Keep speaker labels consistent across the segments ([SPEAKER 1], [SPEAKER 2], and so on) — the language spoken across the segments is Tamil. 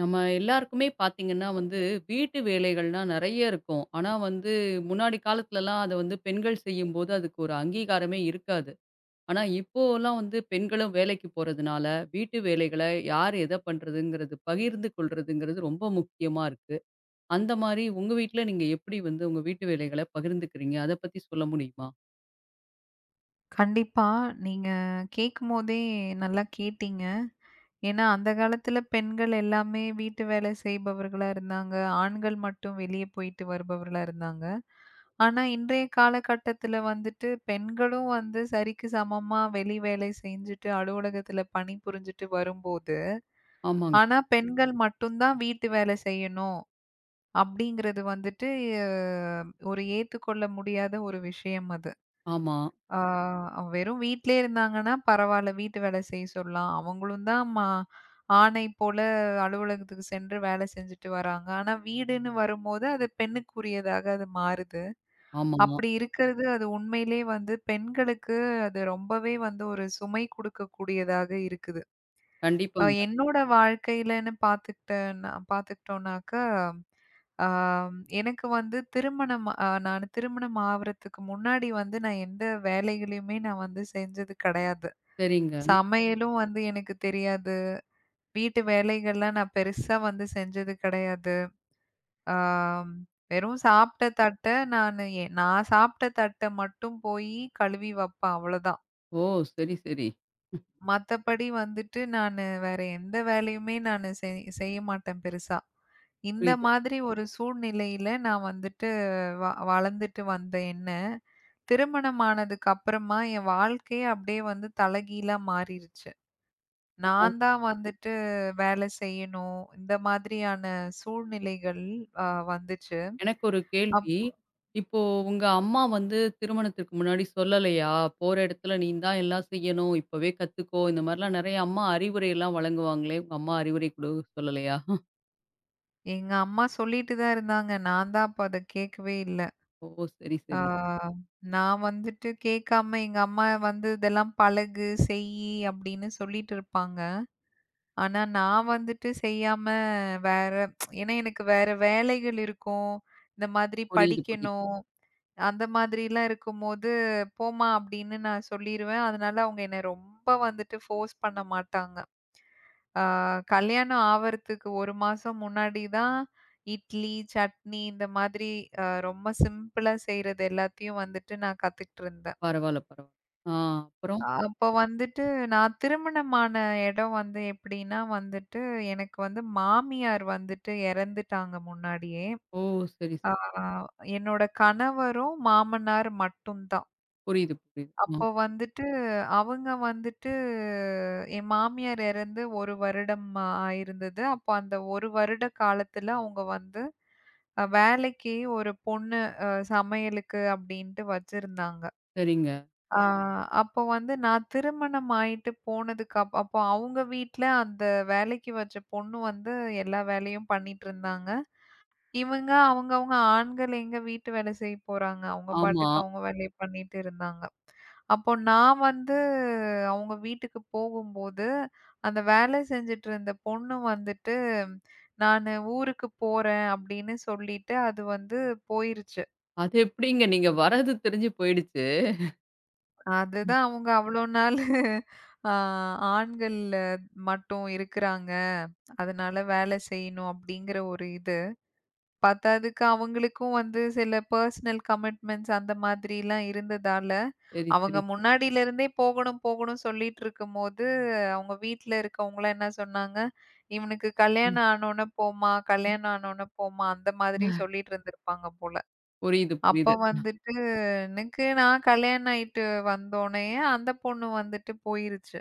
[SPEAKER 1] நம்ம எல்லாருக்குமே பார்த்தீங்கன்னா வந்து, வீட்டு வேலைகள்லாம் நெறைய இருக்கும். ஆனா வந்து, முன்னாடி காலத்துலலாம் அத வந்து பெண்கள் செய்யும்போது, அதுக்கு ஒரு அங்கீகாரமே இருக்காது. ஆனா இப்போலாம் வந்து பெண்களும் வேலைக்கு போறதுனால, வீட்டு வேலைகள யார் எத பண்றதுங்கிறது, பகிர்ந்து கொள்றதுங்கிறது ரொம்ப முக்கியமா இருக்கு. அந்த மாரி உங்க வீட்ல நீங்க எப்படி வந்து உங்க வீட்டு வேலைகள பகிர்ந்துக்கிறீங்க? அத பத்தி சொல்ல முடியுமா?
[SPEAKER 2] கண்டிப்பா. நீங்க கேட்கும்போதே நல்லா கேட்டீங்க. ஏன்னா, அந்த காலத்துல பெண்கள் எல்லாமே வீட்டு வேலை செய்பவர்களா இருந்தாங்க. ஆண்கள் மட்டும் வெளிய போயிட்டு வருபவர்களா இருந்தாங்க. ஆனா, இன்றைய காலகட்டத்துல வந்துட்டு பெண்களும் வந்து சரிக்கு சமமா வெளி வேலை செஞ்சுட்டு, அலுவலகத்துல பணிபுரிஞ்சுட்டு வரும்போது,
[SPEAKER 1] ஆமாங்க.
[SPEAKER 2] ஆனா பெண்கள் மட்டும் தான் வீட்டு வேலை செய்யணும். அப்படிங்கிறது வந்துட்டு அ ஒரு ஏத்துக்கொள்ள முடியாத ஒரு விஷயம் அது.
[SPEAKER 1] ஆமா,
[SPEAKER 2] ஆ வெறும் வீட்லயே இருந்தாங்கன்னா பரவால்ல. வீட்டு வேலை செய்ய சொல்லலாம். அவங்களும் தான் ஆணை போல அலுவலகத்துக்கு சென்று வேலை செஞ்சுட்டு வராங்க. ஆனா வீடுன்னு வரும்போது அது பெண்ணுக்குரியதாக அது மாறுது.
[SPEAKER 1] ஆமா.
[SPEAKER 2] அப்படி இருக்கிறது அது உண்மையிலே வந்து பெண்களுக்கு அது ரொம்பவே வந்து ஒரு சுமை குடுக்கக்கூடியதாக இருக்குது.
[SPEAKER 1] கண்டிப்பாங்க.
[SPEAKER 2] என்னோட வாழ்க்கையிலன்னு பார்த்துக்கிட்டேன்னா பார்த்துக்கிட்டோம்னாக்கா, எனக்கு வந்து திருமணம் நான் திருமணம் ஆவறதுக்கு முன்னாடி வந்து நான் எந்த வேலைகளையுமே நான் வந்து செஞ்சது கிடையாது.
[SPEAKER 1] சரிங்க.
[SPEAKER 2] சமையலும் வந்து எனக்கு தெரியாது. வீட்டு வேலைகள்லாம் நான் பெருசா வந்து செஞ்சது கிடையாது. ஆம் வெறும் சாப்பிட்ட தட்ட நானு எ நான் சாப்பிட்ட தட்ட மட்டும் போயி கழுவி வப்பேன் அவ்வளோதான்.
[SPEAKER 1] ஓ! சரி, சரி.
[SPEAKER 2] மத்தபடி வந்துட்டு நானு வேற எந்த வேலையுமே நானு செய்ய மாட்டேன் பெருசா. இந்த
[SPEAKER 1] புரியுது.
[SPEAKER 2] மாதிரி ஒரு சூழ்நிலையில நான் வந்துட்டு வ வளர்ந்துட்டு வந்த என்ன, திருமணம் ஆனதுக்கு அப்புறமா என் வாழ்க்கையே அப்படியே வந்து தலைகீழா மாறிருச்சு. நான் தான் வந்துட்டு வேலை செய்யணும். இந்த மாதிரியான சூழ்நிலைகள் அ வந்துச்சு.
[SPEAKER 1] எனக்கு ஒரு
[SPEAKER 2] அப்
[SPEAKER 1] கேள்வி. இப்போ உங்க அம்மா வந்து திருமணத்திற்கு முன்னாடி சொல்லலையா? போற இடத்துல நீ தான் எல்லாம் செய்யணும். இப்பவே கத்துக்கோ. இந்த மாரிலாம் நெறைய அம்மா அறிவுரைலாம் வழங்குவாங்களே! உங்க அம்மா அறிவுரை கூட சொல்லலையா?
[SPEAKER 2] எங்க அம்மா சொல்லிட்டு தான் இருந்தாங்க. நான் தான் அப்ப அத கேட்கவே இல்ல.
[SPEAKER 1] ஓ! சரி,
[SPEAKER 2] ஆ
[SPEAKER 1] சரி.
[SPEAKER 2] நான் வந்துட்டு கேட்காம எங்க அம்மா வந்து இதெல்லாம் பழகு, செய்யி அப்படின்னு சொல்லிட்டு இருப்பாங்க. ஆனா, நான் வந்துட்டு செய்யாம வேற ஏன்னா எனக்கு வேற வேலைகள் இருக்கும். இந்த மாதிரி
[SPEAKER 1] புரியுது, புரியுது.
[SPEAKER 2] படிக்கணும். அந்த மாதிரிலாம் இருக்கும்போது, "போம்மா" அப்படின்னு நான் சொல்லிருவேன். அதனால அவங்க என்ன ரொம்ப வந்துட்டு ஃபோர்ஸ் பண்ண மாட்டாங்க. ஆ கல்யாணம் ஆவறதுக்கு 1 மாசம் முன்னாடி தான் இட்லி, சட்னி இந்த மாதிரி ரொம்ப சிம்பிளா செய்றது எல்லாத்தையும் வந்துட்டு நான் கத்துக்கிட்டு இருந்தேன்.
[SPEAKER 1] பரவால்ல, பரவால்ல. ஆ அப்புறம்?
[SPEAKER 2] அப்ப வந்துட்டு நான் திருமணமான இடம் வந்து எப்படின்னா வந்துட்டு, எனக்கு வந்து மாமியார் வந்துட்டு இறந்துட்டாங்க முன்னாடியே.
[SPEAKER 1] ஓ! சரி, சரி.
[SPEAKER 2] ஆ என்னோட கணவரும், மாமனார் மட்டும் தான்.
[SPEAKER 1] புரியுது, புரியுது.
[SPEAKER 2] அப்போ
[SPEAKER 1] ம்.
[SPEAKER 2] வந்துட்டு அவங்க வந்துட்டு என் மாமியார் இறந்து 1 வருடம் ஆயிருந்தது. அப்போ அந்த 1 வருட காலத்துல அவங்க வந்து வேலைக்கு ஒரு பொண்ணு சமையலுக்கு அப்படின்ட்டு வச்சிருந்தாங்க.
[SPEAKER 1] சரிங்க.
[SPEAKER 2] ஆ அப்போ வந்து நான் திருமணம் ஆயிட்டு போனதுக்கு அப்போ அவங்க வீட்ல அந்த வேலைக்கு வச்ச பொண்ணு வந்து எல்லா வேலையும் பண்ணிட்டுருந்தாங்க. இவங்க அவங்கவங்க ஆண்கள் எங்க வீட்டு வேலை செய்ய போறாங்க. அவங்க
[SPEAKER 1] ஆமா.
[SPEAKER 2] பாட்டுக்கு அவங்க வேலைய பண்ணிட்டு இருந்தாங்க. அப்போ நான் வந்து அவங்க வீட்டுக்கு போகும்போது, அந்த வேலை செஞ்சுட்டு இருந்த பொண்ணு வந்துட்டு, "நானு ஊருக்கு போறேன்" அப்படின்னு சொல்லிட்டு அது வந்து போயிருச்சு.
[SPEAKER 1] அது எப்படிங்க நீங்க வர்றது தெரிஞ்சு போயிடுச்சு. ம்.
[SPEAKER 2] அதுதான் அவங்க அவ்ளோ நாளு ஆ ஆண்கள் மட்டும் இருக்குறாங்க. அதனால வேலை செய்யணும் அப்படிங்கிற ஒரு இது. பத்தாததுக்கு அவங்களுக்கும் வந்து சில பர்சனல் கமிட்மெண்ட்ஸ் அந்த மாதிரிலாம் இருந்ததால,
[SPEAKER 1] சரி,
[SPEAKER 2] அவங்க
[SPEAKER 1] சரி.
[SPEAKER 2] முன்னாடில இருந்தே போகணும் போகணும் சொல்லிட்டு இருக்கும்போது, அவங்க வீட்ல இருக்கவங்கலாம் என்ன சொன்னாங்க, "இவனுக்கு
[SPEAKER 1] ம்,
[SPEAKER 2] கல்யாணம் ஆனோன போம்மா,
[SPEAKER 1] ம்.
[SPEAKER 2] கல்யாணம் ஆனோன போம்மா" அந்த மாதிரி சொல்லிட்டு இருந்திருப்பாங்க போல.
[SPEAKER 1] புரியுது,
[SPEAKER 2] அப்ப
[SPEAKER 1] புரியுது.
[SPEAKER 2] வந்துட்டு எனக்கு நான் கல்யாணம் ஆயிட்டு வந்தோனயே, அந்த பொண்ணு வந்துட்டு போயிருச்சு.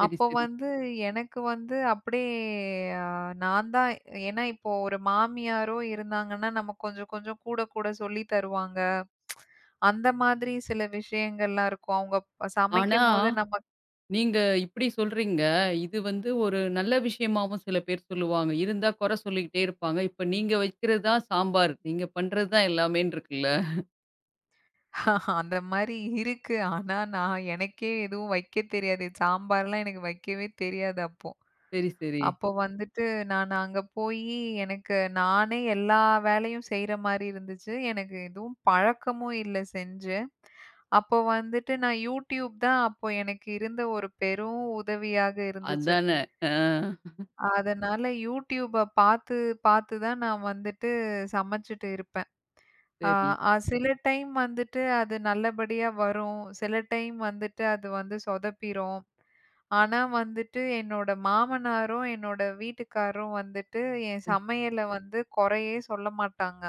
[SPEAKER 1] சரி,
[SPEAKER 2] அப்போ
[SPEAKER 1] சரி.
[SPEAKER 2] வந்து எனக்கு வந்து அப்படியே அ நான் தான் ஏன்னா இப்போ ஒரு மாமியாரோ இருந்தாங்கன்னா, நமக்கு கொஞ்சம் கொஞ்சம் கூட கூட சொல்லி தருவாங்க. அந்த மாதிரி சில விஷயங்கள்லாம் இருக்கும். அவங்க
[SPEAKER 1] ஆனா
[SPEAKER 2] சமைக்கும்போது நமக்கு
[SPEAKER 1] நீங்க இப்படி சொல்றீங்க. இது வந்து ஒரு நல்ல விஷயமாவும் சில பேர் சொல்லுவாங்க. இருந்தா குறை சொல்லிக்கிட்டே இருப்பாங்க. இப்ப நீங்க வைக்கிறது தான் சாம்பார். நீங்க பண்றது தான் எல்லாமேன்னு இருக்குல்ல.
[SPEAKER 2] அந்த மாரி இருக்கு. ஆனா நான் எனக்கே எதுவும் வைக்க தெரியாது. சாம்பார்லாம் எனக்கு வைக்கவே தெரியாது அப்போ.
[SPEAKER 1] சரி, சரி.
[SPEAKER 2] அப்போ வந்துட்டு நான் அங்க போயி, எனக்கு நானே எல்லா வேலையும் செய்ற மாரி இருந்துச்சு. எனக்கு எதுவும் பழக்கமும் இல்ல செஞ்சு. அப்போ வந்துட்டு நான் YouTube தான் அப்போ எனக்கு இருந்த ஒரு பெரும் உதவியாக இருந்துச்சு.
[SPEAKER 1] அதானே. ஆ
[SPEAKER 2] அதனால YouTubeப பாத்து, பாத்து தான் நான் வந்துட்டு சமைச்சுட்டு இருப்பேன். ஆ,
[SPEAKER 1] சரி.
[SPEAKER 2] அ சில டைம் வந்துட்டு அது நல்லபடியா வரும். சில டைம் வந்துட்டு அது வந்து சொதப்பிரும். ஆனா வந்துட்டு என்னோட மாமனாரும், என்னோட வீட்டுக்காரரும் வந்துட்டு என் சமையல வந்து குறையே சொல்ல மாட்டாங்க.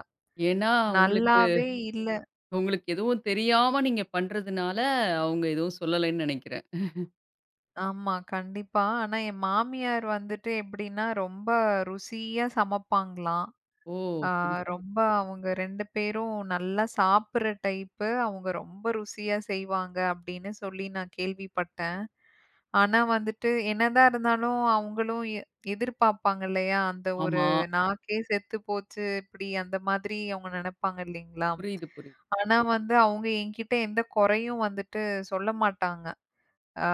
[SPEAKER 1] ஏன்னா உங்களுக்கு
[SPEAKER 2] நல்லாவே இல்ல.
[SPEAKER 1] உங்களுக்கு எதுவும் தெரியாம நீங்க பண்றதுனால அவங்க எதுவும் சொல்லலைன்னு நெனைக்கிறேன்.
[SPEAKER 2] ஆமா, கண்டிப்பா. ஆனா என் மாமியார் வந்துட்டு எப்படின்னா, ரொம்ப ருசியா சமைப்பாங்களாம்.
[SPEAKER 1] ஓ!
[SPEAKER 2] ஆ
[SPEAKER 1] சரி, சரி.
[SPEAKER 2] ரொம்ப அவங்க 2 பேரும் நல்லா சாப்பிடுற டைப்பு. அவங்க ரொம்ப ருசியா செய்வாங்க அப்படின்னு சொல்லி நான் கேள்விப்பட்டேன். ஆனா வந்துட்டு, என்னதான் இருந்தாலும் அவங்களும் எதிர்பார்ப்பாங்க இல்லையா? அந்த ஒரு
[SPEAKER 1] ஆமா.
[SPEAKER 2] நாக்கே செத்து போச்சு, இப்படி அந்த மாதிரி அவங்க நெனைப்பாங்க இல்லைங்களா?
[SPEAKER 1] புரியுது, புரியுது.
[SPEAKER 2] ஆனா வந்து அவங்க என்கிட்ட எந்த குறையும் வந்துட்டு சொல்ல மாட்டாங்க. ஆ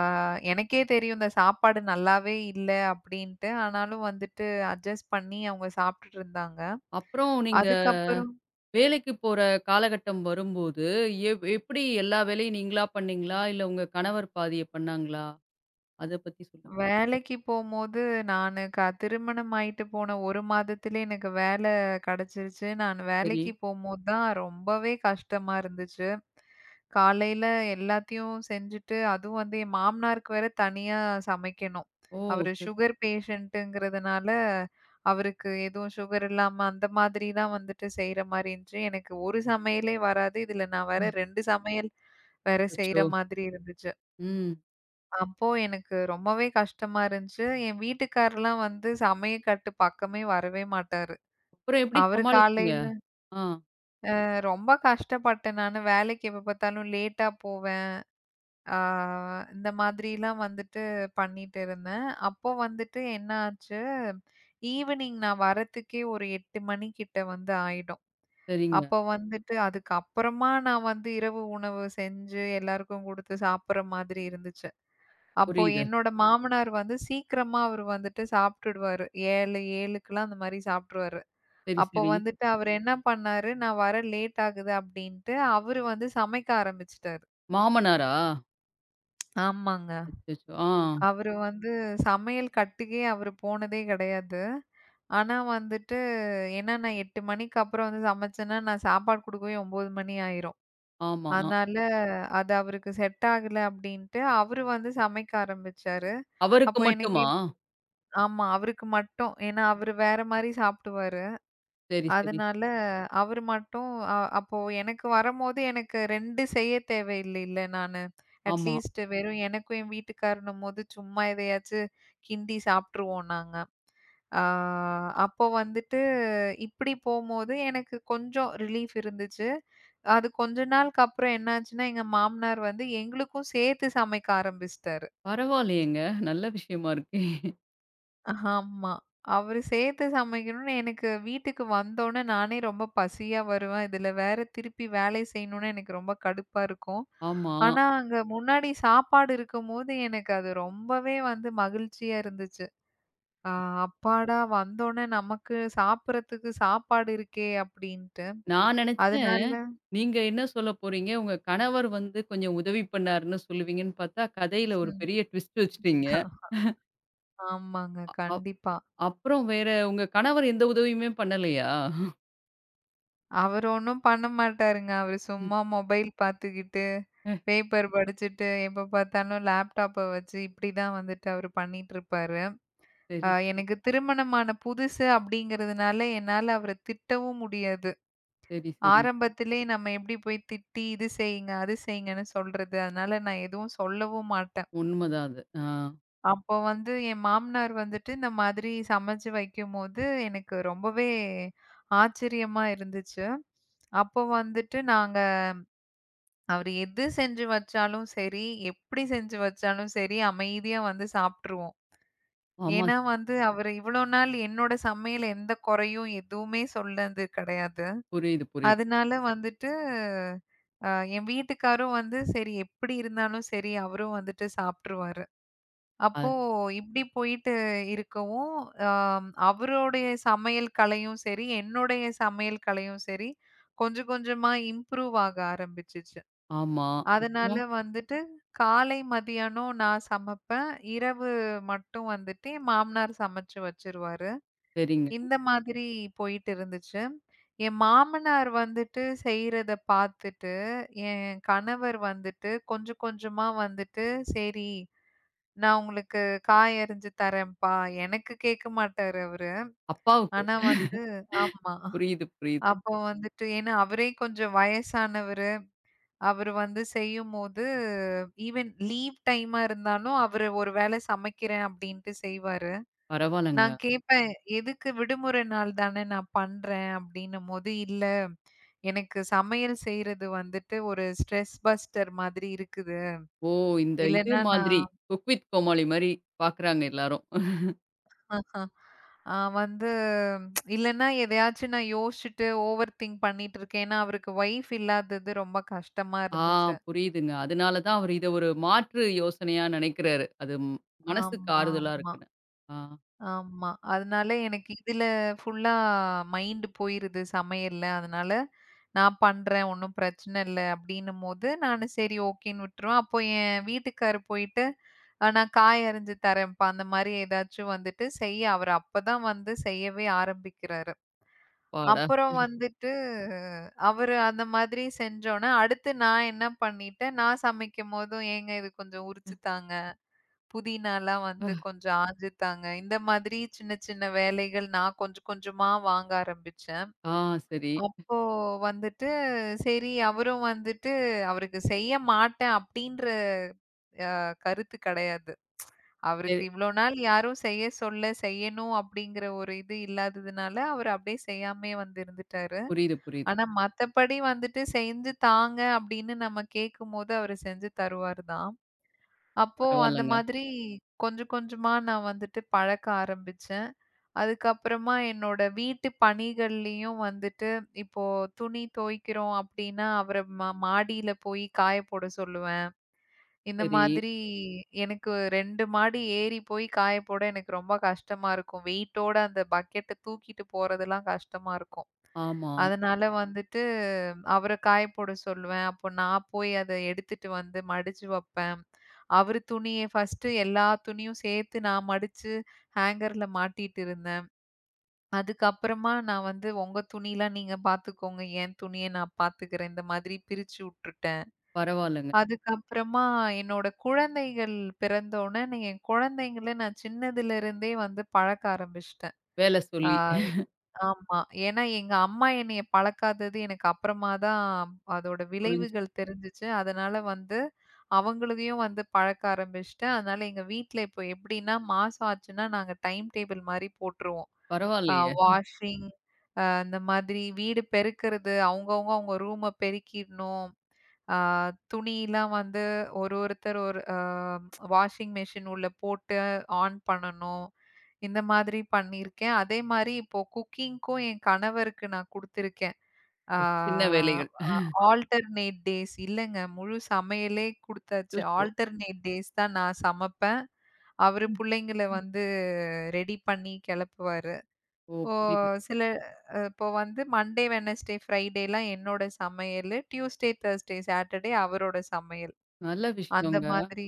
[SPEAKER 2] எனக்கே தெரியும் இந்த சாப்பாடு நல்லாவே இல்ல அப்படின்ட்டு. ஆனாலும் வந்துட்டு அட்ஜஸ்ட் பண்ணி அவங்க சாப்ட்டுட்டு இருந்தாங்க.
[SPEAKER 1] அப்புறம் நீங்க
[SPEAKER 2] அதுக்கப்புறம்
[SPEAKER 1] வேலைக்கு போற காலகட்டம் வரும்போது, எப்படி எல்லா வேலையும் நீங்களா பண்ணீங்களா? இல்ல உங்க கணவர் பாதிய பண்ணாங்களா? அத பத்தி சொல்லுங்க.
[SPEAKER 2] வேலைக்கு போம்போது, நானு க திருமணம் ஆயிட்டு போன 1 மாதத்திலே எனக்கு வேலை கிடைச்சிருச்சு. நான்
[SPEAKER 1] சரி.
[SPEAKER 2] வேலைக்கு போம்போது தான் ரொம்பவே கஷ்டமா இருந்துச்சு. காலையில எல்லாத்தையும் செஞ்சுட்டு, அதுவும் வந்து என் மாமனாருக்கு வேற தனியா சமைக்கணும்.
[SPEAKER 1] ஓ!
[SPEAKER 2] அவரு
[SPEAKER 1] சரி.
[SPEAKER 2] சுகர் பேஷண்ட்டுங்கிறதுனால, அவருக்கு எதுவும் சுகர் இல்லாம அந்த மாதிரி தான் வந்துட்டு செய்ற மாரி இருந்துச்சு. எனக்கு ஒரு சமையலே வராது. இதுல நான் வேற 2 சமையல் வேற செய்ற
[SPEAKER 1] அச்சச்சோ!
[SPEAKER 2] மாதிரி இருந்துச்சு.
[SPEAKER 1] ம்.
[SPEAKER 2] அப்போ எனக்கு ரொம்பவே கஷ்டமா இருந்துச்சு. என் வீட்டுக்காரர்லாம் வந்து சமையக்கட்டு பக்கமே வரவே மாட்டாரு.
[SPEAKER 1] அப்புறம் எப்படி
[SPEAKER 2] அவரு
[SPEAKER 1] சமாளிச்சீங்க?
[SPEAKER 2] காலையில
[SPEAKER 1] ஆ.
[SPEAKER 2] ரொம்ப கஷ்டப்பட்டேன் நானு. வேலைக்கு எப்ப பார்த்தாலும் லேட்டா போவேன். ஆ இந்த மாதிரிலாம் வந்துட்டு பண்ணிட்டு இருந்தேன். அப்போ வந்துட்டு என்ன ஆச்சு, ஈவினிங் நான் வரத்துக்கே ஒரு 8 மணி கிட்ட வந்து ஆயிடும்.
[SPEAKER 1] சரிங்க.
[SPEAKER 2] அப்போ வந்துட்டு அதுக்கப்புறமா நான் வந்து இரவு உணவு செஞ்சு எல்லாருக்கும் குடுத்து சாப்பிடுற மாதிரி இருந்துச்சு. அப்போ
[SPEAKER 1] புரியுது.
[SPEAKER 2] என்னோட மாமனார் வந்து சீக்கிரமா அவரு வந்துட்டு சாப்பிட்டுடுவாரு. 7 7க்குலாம் அந்த மாரி சாப்ட்டுருவாரு.
[SPEAKER 1] சரி,
[SPEAKER 2] அப்போ
[SPEAKER 1] சரி.
[SPEAKER 2] வந்துட்டு அவரு என்ன பண்ணாரு, நான் வர லேட் ஆகுது அப்டின்ட்டு, அவரு வந்து சமைக்க ஆரம்பிச்சுட்டாரு.
[SPEAKER 1] மாமனாரா?
[SPEAKER 2] ஆமாங்க.
[SPEAKER 1] அச்சச்சோ! ஆ.
[SPEAKER 2] அவரு வந்து சமையல் கட்டுக்கே அவரு போனதே கிடையாது. ஆனா வந்துட்டு ஏன்னா நான் 8 மணிக்கு அப்புறம் வந்து சமைச்சேன்னா, நான் சாப்பாடு குடுக்கவே 9 மணி ஆயிரும்.
[SPEAKER 1] ஆமா. அ.
[SPEAKER 2] அதனால அது அவருக்கு செட் ஆகல அப்டின்ட்டு, அவரு வந்து சமைக்க ஆரம்பிச்சாரு.
[SPEAKER 1] அவருக்கு
[SPEAKER 2] அப்போ எனக்கு
[SPEAKER 1] மட்டுமா?
[SPEAKER 2] ஆமா. அவருக்கு மட்டும். ஏன்னா, அவரு வேற மாரி சாப்பிடுவாரு.
[SPEAKER 1] சரி, சரி.
[SPEAKER 2] அதனால அவரு மட்டும் அப்போ எனக்கு வரம்போது எனக்கு 2 செய்ய தேவையில்லைல்ல நானு.
[SPEAKER 1] ஆமா.
[SPEAKER 2] அட்லீஸ்ட் வெறும் எனக்கும் என் வீட்டுக்காரனும்போது சும்மா எதையாச்சு கிண்டி சாப்ட்டுருவோம் நாங்க. ஆ அப்போ வந்துட்டு இப்டி போம்போது எனக்கு கொஞ்சம் ரிலீஃப் இருந்துச்சு. அது கொஞ்ச நாளுக்கு அப்புறம் என்னாச்சுன்னா, எங்க மாமனார் வந்து எங்களுக்கும் சேர்த்து சமைக்க ஆரம்பிச்சுட்டாரு.
[SPEAKER 1] பரவாயில்லையேங்க. நல்ல விஷயமா இருக்கே.
[SPEAKER 2] ஆமா. அவரு சேர்த்து சமைக்கணும்னு எனக்கு வீட்டுக்கு வந்தோனே நானே ரொம்ப பசியா வருவேன். இதுல வேற திருப்பி வேலை செய்யணும்னா எனக்கு ரொம்ப கடுப்பா இருக்கும்.
[SPEAKER 1] ஆமா.
[SPEAKER 2] ஆனா, அங்க முன்னாடி சாப்பாடு இருக்கும்போது எனக்கு அது ரொம்பவே வந்து மகிழ்ச்சியா இருந்துச்சு. ஆ அப்பாடா! வந்தோனே நமக்கு சாப்பிடறதுக்கு சாப்பாடு இருக்கே அப்படின்ட்டு.
[SPEAKER 1] நான் நெனச்சேன்,
[SPEAKER 2] அதனால
[SPEAKER 1] நீங்க என்ன சொல்ல போறீங்க, உங்க கணவர் வந்து கொஞ்சம் உதவி பண்ணாருன்னு சொல்லுவீங்கன்னு பார்த்தா, கதையில ஒரு
[SPEAKER 2] ம்.
[SPEAKER 1] பெரிய ட்விஸ்ட் வச்சுட்டீங்க.
[SPEAKER 2] ஆமாங்க.
[SPEAKER 1] அப்
[SPEAKER 2] கண்டிப்பா.
[SPEAKER 1] அப்புறம் வேற உங்க கணவர் எந்த உதவியுமே பண்ணலையா?
[SPEAKER 2] அவரு ஒண்ணும் பண்ண மாட்டாருங்க. அவரு
[SPEAKER 1] ம்.
[SPEAKER 2] சும்மா மொபைல் பார்த்துக்கிட்டு
[SPEAKER 1] அ.
[SPEAKER 2] பேப்பர் படிச்சுட்டு, எப்ப பார்த்தாலும் லேப்டாப்ப வச்சு இப்படிதான் வந்துட்டு அவரு பண்ணிட்டுருப்பாரு.
[SPEAKER 1] சரி, சரி.
[SPEAKER 2] எனக்கு திருமணமான புதுசு அப்படிங்கிறதுனால என்னால அவர திட்டவும் முடியாது.
[SPEAKER 1] சரி, சரி.
[SPEAKER 2] ஆரம்பத்திலே நம்ம எப்படி போய் திட்டி, இது செய்யுங்க, அது செய்யுங்கன்னு சொல்றது. அதனால நான் எதுவும் சொல்லவும் மாட்டேன்.
[SPEAKER 1] உண்மதான் அது. ஆ.
[SPEAKER 2] அப்போ வந்து என் மாமனார் வந்துட்டு இந்த மாதிரி சமைச்சு வைக்கும்போது எனக்கு ரொம்பவே ஆச்சரியமா இருந்துச்சு. அப்போ வந்துட்டு நாங்க அவரு எது செஞ்சு வச்சாலும் சரி, எப்படி செஞ்சு வச்சாலும் சரி, அமைதியா வந்து சாப்ட்டுருவோம்.
[SPEAKER 1] ஆமா.
[SPEAKER 2] ஏன்னா வந்து அவரு இவ்ளோ நாள் என்னோட சமையல் எந்த குறையும் எதுவுமே சொன்னது கிடையாது.
[SPEAKER 1] புரியுது, புரியுது.
[SPEAKER 2] அதனால வந்துட்டு அ என் வீட்டுக்காரும் வந்து சரி எப்படி இருந்தாலும் சரி, அவரும் வந்துட்டு சாப்ட்டுருவாரு.
[SPEAKER 1] அ
[SPEAKER 2] அப்போ இப்படி போயிட்டு இருக்கவும், அ அவருடைய சமையல் கலையும் சரி, என்னுடைய சமையல் கலையும் சரி, கொஞ்சம் கொஞ்சமா இம்ப்ரூவ் ஆக ஆரம்பிச்சுச்சு.
[SPEAKER 1] ஆமா.
[SPEAKER 2] அதனால
[SPEAKER 1] அப்புறம்?
[SPEAKER 2] வந்துட்டு காலை, மதியானம் நான் சமைப்பேன். இரவு மட்டும் வந்துட்டு என் மாமனார் சமைச்சு வச்சுருவாரு.
[SPEAKER 1] சரிங்க.
[SPEAKER 2] இந்த மாதிரி போயிட்டு இருந்துச்சு. என் மாமனார் வந்துட்டு செய்றத பார்த்துட்டு, என் கணவர் வந்துட்டு கொஞ்சம் கொஞ்சமா வந்துட்டு, "சரி, நான் உங்களுக்கு காய் அரிஞ்சு தரேன்ப்பா." எனக்கு கேட்க மாட்டாரு அவரு.
[SPEAKER 1] அப்பாவுக்கு.
[SPEAKER 2] ஆனா வந்து ஆமா.
[SPEAKER 1] புரியுது, புரியுது.
[SPEAKER 2] அப்போ வந்துட்டு ஏன்னா அவரே கொஞ்சம் வயசானவர். அவரு வந்து செய்யும்போது, ஈவன் லீவ் டைமா இருந்தாலும், அவரு ஒரு வேளை சமைக்கிறேன் அப்டின்ட்டு செய்வாரு. நான்
[SPEAKER 1] பரவால்லங்க.
[SPEAKER 2] கேட்பேன், "எதுக்கு விடுமுறை நாள் தானே நான் பண்றேன்" அப்டின்னும்போது, "இல்ல எனக்கு சமையல் செய்றது வந்துட்டு ஒரு ஸ்ட்ரெஸ் பஸ்டர் மாதிரி இருக்குது.
[SPEAKER 1] ஓ! இந்த இது
[SPEAKER 2] இல்லன்னா நான்
[SPEAKER 1] மாதிரி குக் வித் கோமாளி மாரி பார்க்குறாங்க எல்லாரும்.
[SPEAKER 2] ஆ வந்து இல்லன்னா எதையாச்சும் நான் யோசிச்சுட்டு ஓவர் திங்க் பண்ணிட்டு இருக்கேன்." ஏன்னா அவருக்கு ஒய்ஃப் இல்லாதது ரொம்ப கஷ்டமா
[SPEAKER 1] ஆ
[SPEAKER 2] இருந்துச்சு.
[SPEAKER 1] புரியுதுங்க. அதனால தான் அவரு இத ஒரு மாற்று யோசனையா நினைக்கிறாரு. அது மனசுக்கு
[SPEAKER 2] ஆமா,
[SPEAKER 1] ஆறுதலா
[SPEAKER 2] ஆமா.
[SPEAKER 1] இருக்குன்னு. ஆ
[SPEAKER 2] ஆமா. அதனால எனக்கு இதுல ஃபுல்லா மைண்ட் போயிருது சமையல்ல. அதனால நான் பண்றேன். ஒண்ணும் பிரச்சனை இல்ல அப்டின்னும்போது, நானு சரி ஓகேன்னு விட்டுருவேன். அப்போ என் வீட்டுக்காரர் போயிட்டு, நான் காய் அரிஞ்சு தரேன்ப்பா. அந்த மாரி ஏதாச்சும் வந்துட்டு செய்ய அவரு அப்பதான் வந்து செய்யவே ஆரம்பிக்கிறாரு.
[SPEAKER 1] அப்பாடா!
[SPEAKER 2] அப்புறம் வந்துட்டு அவரு அந்த மாதிரி செஞ்சோனே, அடுத்து நான் என்ன பண்ணிட்டேன், நான் சமைக்கும்போதும் ஏங்க இது கொஞ்சம் உரிச்சு தாங்க புதினாலாம் வந்து கொஞ்சம் ஆஞ்சுத்தாங்க. இந்த மாதிரி சின்ன சின்ன வேலைகள் நான் கொஞ்சம் கொஞ்சமா வாங்க ஆரம்பிச்சேன்.
[SPEAKER 1] ஆ சரி.
[SPEAKER 2] அப்போ வந்துட்டு சரி அவரும் வந்துட்டு அவருக்கு செய்ய மாட்டேன் அப்டின்ற கருத்து கெடையாது. அவருக்கு
[SPEAKER 1] சரி.
[SPEAKER 2] இவ்ளோ நாள் யாரும் செய்ய சொல்ல, செய்யணும் அப்டிங்கிற ஒரு இது இல்லாததுனால, அவரு அப்டியே செய்யாமயே வந்து இருந்துட்டாரு.
[SPEAKER 1] புரியுது, புரியுது.
[SPEAKER 2] ஆனா மத்தபடி வந்துட்டு செஞ்சு தாங்க அப்டின்னு நம்ம கேக்கும்போது அவரு செஞ்சு தருவாரு தான். அப்போ அந்த
[SPEAKER 1] பரவால்லங்க.
[SPEAKER 2] மாதிரி கொஞ்சம் கொஞ்சமா நான் வந்துட்டு பழக்க ஆரம்பிச்சேன். அதுக்கப்புறமா என்னோட வீட்டு பணிகள்லயும் வந்துட்டு, இப்போ துணி துவைக்கிறோம் அப்டின்னா, அவர மாடியில போய் காய போட சொல்லுவேன். இந்த
[SPEAKER 1] சரி.
[SPEAKER 2] மாதிரி எனக்கு 2 மாடி ஏறி போய் காய போட எனக்கு ரொம்ப கஷ்டமா இருக்கும். வெயிட்டோட அந்த பக்கெட்ட தூக்கிட்டு போறதெல்லாம் கஷ்டமா இருக்கும்.
[SPEAKER 1] ஆமா.
[SPEAKER 2] அதனால வந்துட்டு அவர காய போட சொல்லுவேன். அப்போ நான் போய் அத எடுத்துட்டு வந்து மடிச்சு வப்பேன். அவரு துணிய ஃபர்ஸ்ட்டு எல்லா துணியும் சேர்த்து நான் மடிச்சு ஹேங்கர்ல மாட்டிட்டு இருந்தேன். அதுக்கப்புறமா நான் வந்து உங்க துணிலாம் நீங்க பார்த்துக்கோங்க. என் துணிய நான் பார்த்துக்கிறேன். இந்த மாதிரி பிரிச்சு உட்டுட்டேன்.
[SPEAKER 1] பரவால்லங்க.
[SPEAKER 2] அதுக்கப்புறமா என்னோட குழந்தைகள் பிறந்தோனே, என் குழந்தைங்கள நான் சின்னதுல இருந்தே வந்து பழக்க ஆரம்பிச்சுட்டேன்.
[SPEAKER 1] வேல
[SPEAKER 2] ஆ
[SPEAKER 1] சொல்லி.
[SPEAKER 2] ஆமா. ஏன்னா எங்க அம்மா என்னைய பழக்காதது எனக்கு அப்புறமா தான் அதோட
[SPEAKER 1] புரிஞ்சு
[SPEAKER 2] விளைவுகள் தெரிஞ்சுச்சு. அதனால வந்து அவங்களையும் வந்து பழக்க ஆரம்பிச்சுட்டேன். அதனால எங்க வீட்ல இப்போ எப்படின்னா, மாசம் ஆச்சுன்னா நாங்க டைம் டேபிள் மாரி போட்டுருவோம். அ
[SPEAKER 1] பரவால்லையே!
[SPEAKER 2] வாஷிங் அ இந்த மாதிரி வீடு பெருக்குறது, அவங்கவங்க அவங்க ரூம பெருக்கிடணும். அ துணிலாம் வந்து ஒருத்தர் ஒரு வாஷிங் மெஷின் உள்ள போட்டு ஆன் பண்ணணும். இந்த மாதிரி பண்ணியிருக்கேன். அதே மாரி இப்போ குக்கிங்க்கும் என் கணவருக்கு நான் குடுத்திருக்கேன். ஆ
[SPEAKER 1] சின்ன வேலைகள்.
[SPEAKER 2] ஆல்டர்னேட் டேஸ் இல்லங்க. முழு சமையலே குடுத்தாச்சு.
[SPEAKER 1] அச்சச்சோ!
[SPEAKER 2] ஆல்டர்னேட் டேஸ் தான் நான் சமைப்பேன். அவரு புள்ளைங்கள வந்து ரெடி பண்ணி கெளப்புவாரு.
[SPEAKER 1] ஓ!
[SPEAKER 2] ஓ!
[SPEAKER 1] புரியுது.
[SPEAKER 2] சில அ இப்போ வந்து மண்டே, வெட்னஸ்டே, ஃப்ரைடேலாம் என்னோட சமையலு. டியூஸ்டே, தர்ஸ்டே, சாட்டர்டே அவரோட சமையல்.
[SPEAKER 1] நல்ல
[SPEAKER 2] அந்த
[SPEAKER 1] விஷயங்க.
[SPEAKER 2] மாதிரி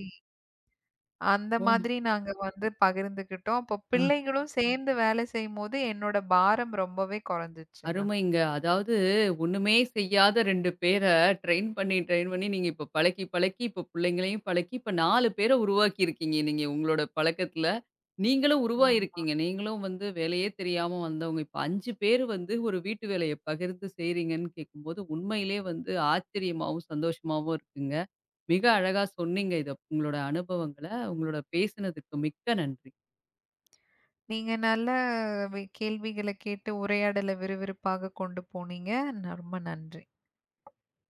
[SPEAKER 2] அந்த
[SPEAKER 1] ம்.
[SPEAKER 2] மாதிரி நாங்க வந்து பகிர்ந்துக்கிட்டோம். அப்போ
[SPEAKER 1] அ
[SPEAKER 2] பிள்ளைங்களும் சேர்ந்து வேலை செய்யும்போது, என்னோட பாரம் ரொம்பவே குறைஞ்சிருச்சுங்க.
[SPEAKER 1] அருமைங்க. அதாவது ஒண்ணுமே செய்யாத 2 பேர ட்ரெயின் பண்ணி, ட்ரெயின் பண்ணி நீங்க இப்ப பழக்கி, பழக்கி இப்ப புள்ளைங்களையும் பழக்கி, இப்ப 4 பேர உருவாக்கியிருக்கீங்க நீங்க உங்களோட பழக்கத்துல. நீங்களும்
[SPEAKER 2] ஆமா.
[SPEAKER 1] உருவாகியிருக்கீங்க. நீங்களும் வந்து வேலையே தெரியாம வந்தவங்க. இப்ப 5 பேர் வந்து ஒரு வீட்டு வேலைய பகிர்ந்து செய்றீங்கன்னு கேட்கும்போது, உண்மையிலே வந்து ஆச்சரியமாவும், சந்தோஷமாவும் இருக்குங்க. மிக அழகா சொன்னீங்க இத உங்களோட அனுபவங்கள. உங்களோட பேசினதுக்கு மிக்க நன்றி.
[SPEAKER 2] நீங்க நல்ல கேள்விகள கேட்டு உரையாடல விறுவிறுப்பாக கொண்டு போனீங்க. ரொம்ப நன்றி.